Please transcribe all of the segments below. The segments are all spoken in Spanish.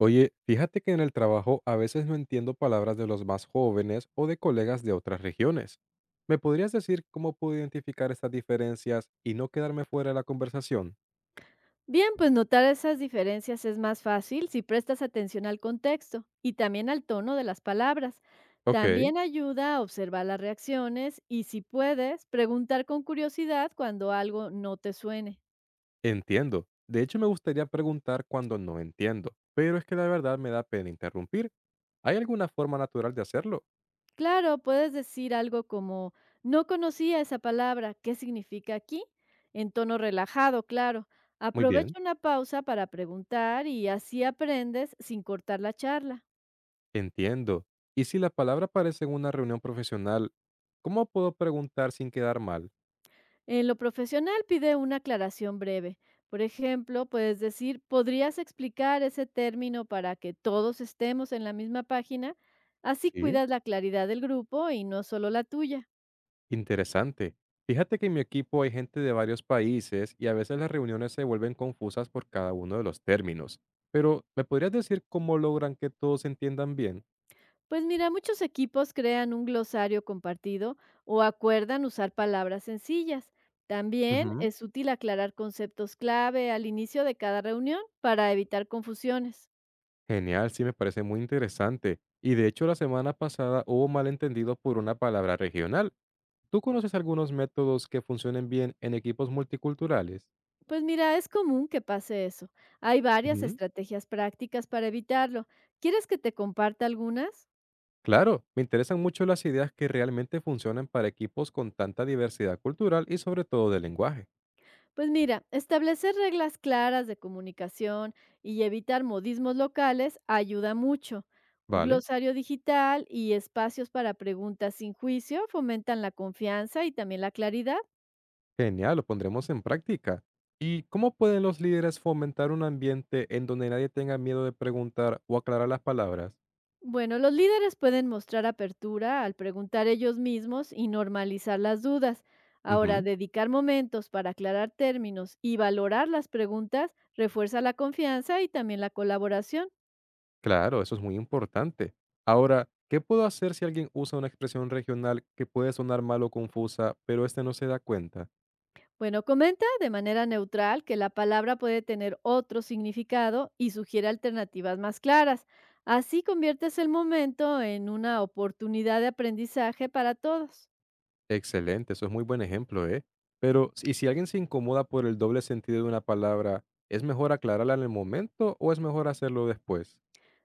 Oye, fíjate que en el trabajo a veces no entiendo palabras de los más jóvenes o de colegas de otras regiones. ¿Me podrías decir cómo puedo identificar estas diferencias y no quedarme fuera de la conversación? Bien, pues notar esas diferencias es más fácil si prestas atención al contexto y también al tono de las palabras. Ok, También ayuda a observar las reacciones y si puedes, preguntar con curiosidad cuando algo no te suene. entiendo. De hecho, me gustaría preguntar cuando no entiendo, pero es que la verdad me da pena interrumpir. ¿Hay alguna forma natural de hacerlo? Claro, puedes decir algo como, no conocía esa palabra, ¿qué significa aquí? En tono relajado, claro. Muy bien, Aprovecha una pausa para preguntar y así aprendes sin cortar la charla. entiendo. Y si la palabra aparece en una reunión profesional, ¿cómo puedo preguntar sin quedar mal? En lo profesional pide una aclaración breve. Por ejemplo, puedes decir, ¿podrías explicar ese término para que todos estemos en la misma página? Así Sí. cuidas la claridad del grupo y no solo la tuya. Interesante. Fíjate que en mi equipo hay gente de varios países y a veces las reuniones se vuelven confusas por cada uno de los términos. Pero, ¿me podrías decir cómo logran que todos se entiendan bien? Pues mira, muchos equipos crean un glosario compartido o acuerdan usar palabras sencillas. También Ujú. es útil aclarar conceptos clave al inicio de cada reunión para evitar confusiones. Genial, sí me parece muy interesante. Y de hecho la semana pasada hubo malentendido por una palabra regional. ¿Tú conoces algunos métodos que funcionen bien en equipos multiculturales? Pues mira, es común que pase eso. Hay varias Ujú. estrategias prácticas para evitarlo. ¿Quieres que te comparta algunas? Claro, me interesan mucho las ideas que realmente funcionan para equipos con tanta diversidad cultural y sobre todo de lenguaje. Pues mira, establecer reglas claras de comunicación y evitar modismos locales ayuda mucho. Un ¿Vale? glosario digital y espacios para preguntas sin juicio fomentan la confianza y también la claridad. Genial, lo pondremos en práctica. ¿Y cómo pueden los líderes fomentar un ambiente en donde nadie tenga miedo de preguntar o aclarar las palabras? Bueno, los líderes pueden mostrar apertura al preguntar ellos mismos y normalizar las dudas. Ahora, Ujú, dedicar momentos para aclarar términos y valorar las preguntas refuerza la confianza y también la colaboración. claro, eso es muy importante. Ahora, ¿qué puedo hacer si alguien usa una expresión regional que puede sonar mal o confusa, pero este no se da cuenta? Bueno, comenta de manera neutral que la palabra puede tener otro significado y sugiere alternativas más claras. Así conviertes el momento en una oportunidad de aprendizaje para todos. Excelente, eso es muy buen ejemplo, ¿eh? Pero, ¿y si alguien se incomoda por el doble sentido de una palabra, es mejor aclararla en el momento o es mejor hacerlo después?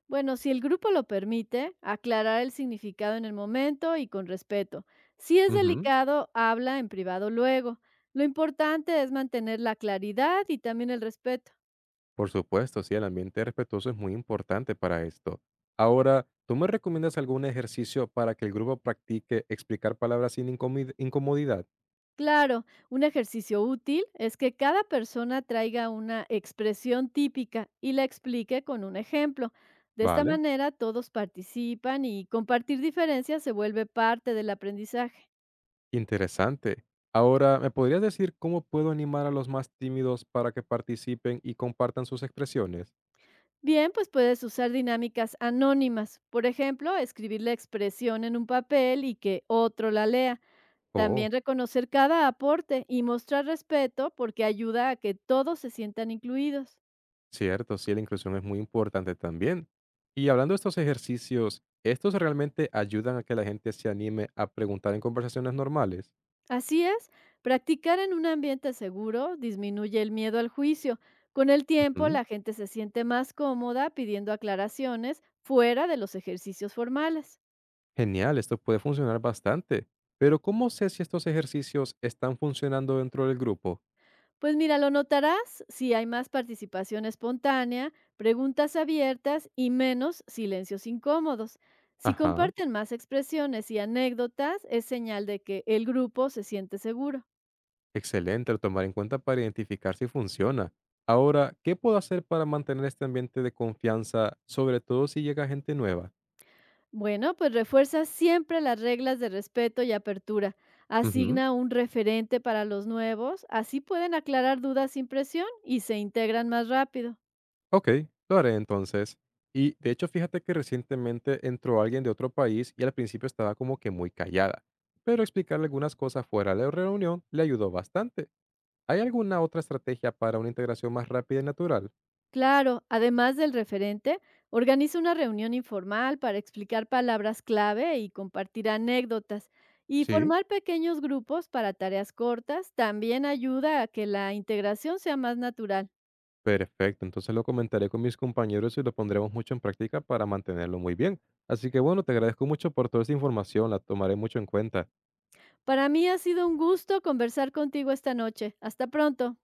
Bueno, si el grupo lo permite, aclarar el significado en el momento y con respeto. Si es Ujú. delicado, habla en privado luego. Lo importante es mantener la claridad y también el respeto. Por supuesto, sí, el ambiente respetuoso es muy importante para esto. Ahora, ¿tú me recomiendas algún ejercicio para que el grupo practique explicar palabras sin incomodidad? Claro, un ejercicio útil es que cada persona traiga una expresión típica y la explique con un ejemplo. De esta Vale, manera todos participan y compartir diferencias se vuelve parte del aprendizaje. interesante. Ahora, ¿me podrías decir cómo puedo animar a los más tímidos para que participen y compartan sus expresiones? Bien, pues puedes usar dinámicas anónimas. Por ejemplo, escribir la expresión en un papel y que otro la lea. Oh, También reconocer cada aporte y mostrar respeto porque ayuda a que todos se sientan incluidos. cierto, sí, la inclusión es muy importante también. Y hablando de estos ejercicios, ¿estos realmente ayudan a que la gente se anime a preguntar en conversaciones normales? Así es, practicar en un ambiente seguro disminuye el miedo al juicio. Con el tiempo, Ujú. la gente se siente más cómoda pidiendo aclaraciones fuera de los ejercicios formales. Genial, esto puede funcionar bastante. Pero ¿cómo sé si estos ejercicios están funcionando dentro del grupo? Pues mira, lo notarás si hay más participación espontánea, preguntas abiertas y menos silencios incómodos. Si Ajá, comparten más expresiones y anécdotas, es señal de que el grupo se siente seguro. excelente el tomar en cuenta para identificar si funciona. Ahora, ¿qué puedo hacer para mantener este ambiente de confianza, sobre todo si llega gente nueva? Bueno, pues refuerza siempre las reglas de respeto y apertura. Ujú, Asigna un referente para los nuevos, así pueden aclarar dudas sin presión y se integran más rápido. ok, lo haré entonces. Y de hecho, fíjate que recientemente entró alguien de otro país y al principio estaba como que muy callada. Pero explicarle algunas cosas fuera de la reunión le ayudó bastante. ¿Hay alguna otra estrategia para una integración más rápida y natural? Claro, además del referente, organiza una reunión informal para explicar palabras clave y compartir anécdotas. Y Sí, formar pequeños grupos para tareas cortas también ayuda a que la integración sea más natural. perfecto. Entonces lo comentaré con mis compañeros y lo pondremos mucho en práctica para mantenerlo muy bien. Así que bueno, te agradezco mucho por toda esta información, la tomaré mucho en cuenta. Para mí ha sido un gusto conversar contigo esta noche. Hasta pronto.